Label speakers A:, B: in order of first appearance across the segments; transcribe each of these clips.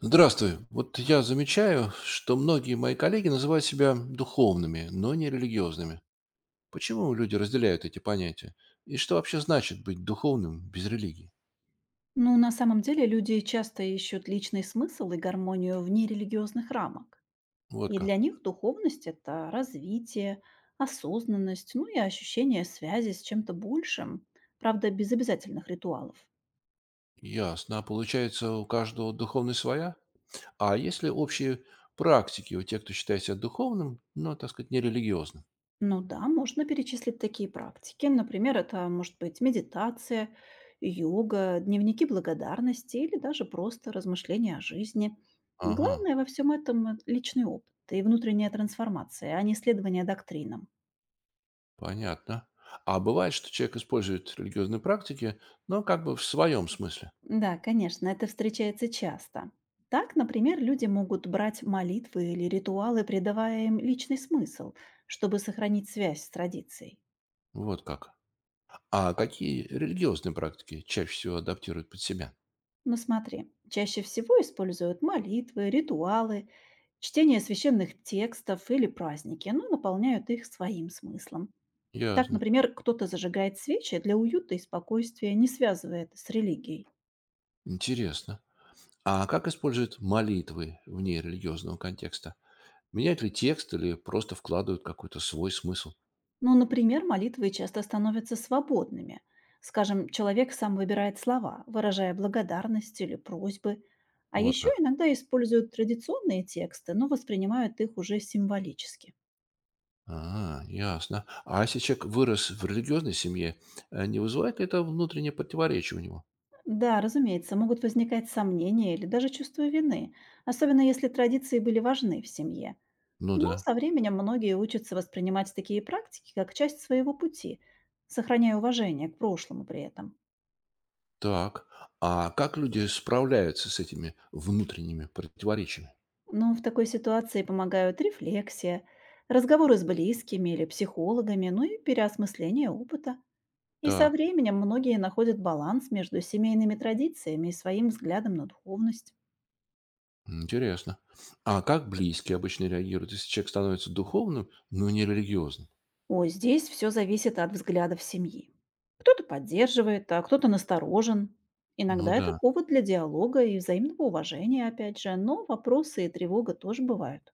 A: Здравствуй. Вот я замечаю, что многие мои коллеги называют себя духовными, но не религиозными. Почему люди разделяют эти понятия? И что вообще значит быть духовным без религии?
B: Ну, на самом деле люди часто ищут личный смысл и гармонию вне религиозных рамок.
A: Вот
B: И для
A: как.
B: них духовность– это развитие, осознанность, ну и ощущение связи с чем-то большим, правда, без обязательных ритуалов.
A: Ясно. А получается, у каждого духовность своя? А если общие практики у тех, кто считает себя духовным, но, так сказать, не религиозным?
B: Ну да, можно перечислить такие практики. Например, это может быть медитация, йога, дневники благодарности или даже просто размышления о жизни.
A: Ага,
B: Главное во всем этом– личный опыт и внутренняя трансформация, а не следование доктринам.
A: понятно. А бывает, что человек использует религиозные практики, но как бы в своем смысле.
B: Да, конечно, это встречается часто. Так, например, люди могут брать молитвы или ритуалы, придавая им личный смысл, чтобы сохранить связь с традицией.
A: Вот как. А какие религиозные практики чаще всего адаптируют под себя?
B: Но смотри, чаще всего используют молитвы, ритуалы, чтение священных текстов или праздники, но наполняют их своим смыслом. Так,
A: Ясно.
B: например, кто-то зажигает свечи для уюта и спокойствия, не связывая это с религией.
A: Интересно. А как используют молитвы вне религиозного контекста? Меняют ли текст или просто вкладывают какой-то свой смысл?
B: Ну, например, молитвы часто становятся свободными. Скажем, человек сам выбирает слова, выражая благодарность или просьбы. А
A: Вот
B: еще
A: как.
B: иногда используют традиционные тексты, но воспринимают их уже символически.
A: А, ясно. А если человек вырос в религиозной семье, не вызывает ли это внутреннее противоречие у него?
B: Да, разумеется, могут возникать сомнения или даже чувство вины, особенно если традиции были важны в семье.
A: Ну да.
B: Но со временем многие учатся воспринимать такие практики как часть своего пути, сохраняя уважение к прошлому при этом.
A: Так. А как люди справляются с этими внутренними противоречиями?
B: Но в такой ситуации помогают рефлексия, разговоры с близкими или психологами, ну и переосмысление опыта. И со
A: Так.
B: временем многие находят баланс между семейными традициями и своим взглядом на духовность.
A: Интересно. А как близкие обычно реагируют, если человек становится духовным, но не религиозным?
B: О, здесь все зависит от взглядов семьи. Кто-то поддерживает, а кто-то насторожен.
A: Ну
B: Иногда это
A: да.
B: повод для диалога и взаимного уважения, опять же, но вопросы и тревога тоже бывают.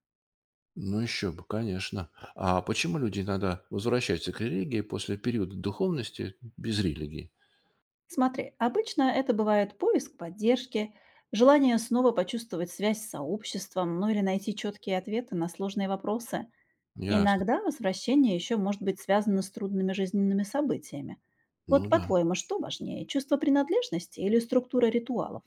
A: Ну еще бы, конечно. А почему люди иногда возвращаются к религии после периода духовности без религии?
B: Смотри, обычно это бывает поиск поддержки, желание снова почувствовать связь с сообществом, ну или найти четкие ответы на сложные вопросы.
A: Ясно.
B: Иногда возвращение еще может быть связано с трудными жизненными событиями. Вот
A: Ну да.
B: по-твоему, что важнее, чувство принадлежности или структура ритуалов?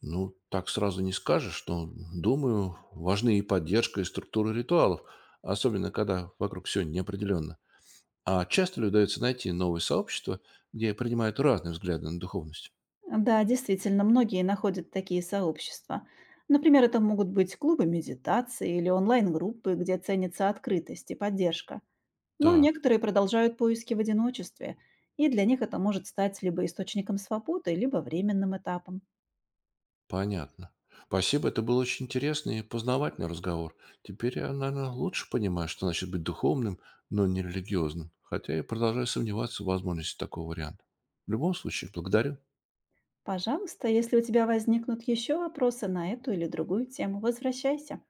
A: Ну, так сразу не скажешь, но, думаю, важны и поддержка, и структура ритуалов, особенно когда вокруг все неопределенно. А часто ли удается найти новые сообщества, где принимают разные взгляды на духовность?
B: Да, действительно, многие находят такие сообщества. Например, это могут быть клубы медитации или онлайн-группы, где ценится открытость и поддержка. Но
A: Так.
B: некоторые продолжают поиски в одиночестве, и для них это может стать либо источником свободы, либо временным этапом.
A: Понятно. Спасибо, это был очень интересный и познавательный разговор. Теперь я, наверное, лучше понимаю, что значит быть духовным, но не религиозным. Хотя я продолжаю сомневаться в возможности такого варианта. В любом случае, благодарю.
B: Пожалуйста, если у тебя возникнут еще вопросы на эту или другую тему, возвращайся.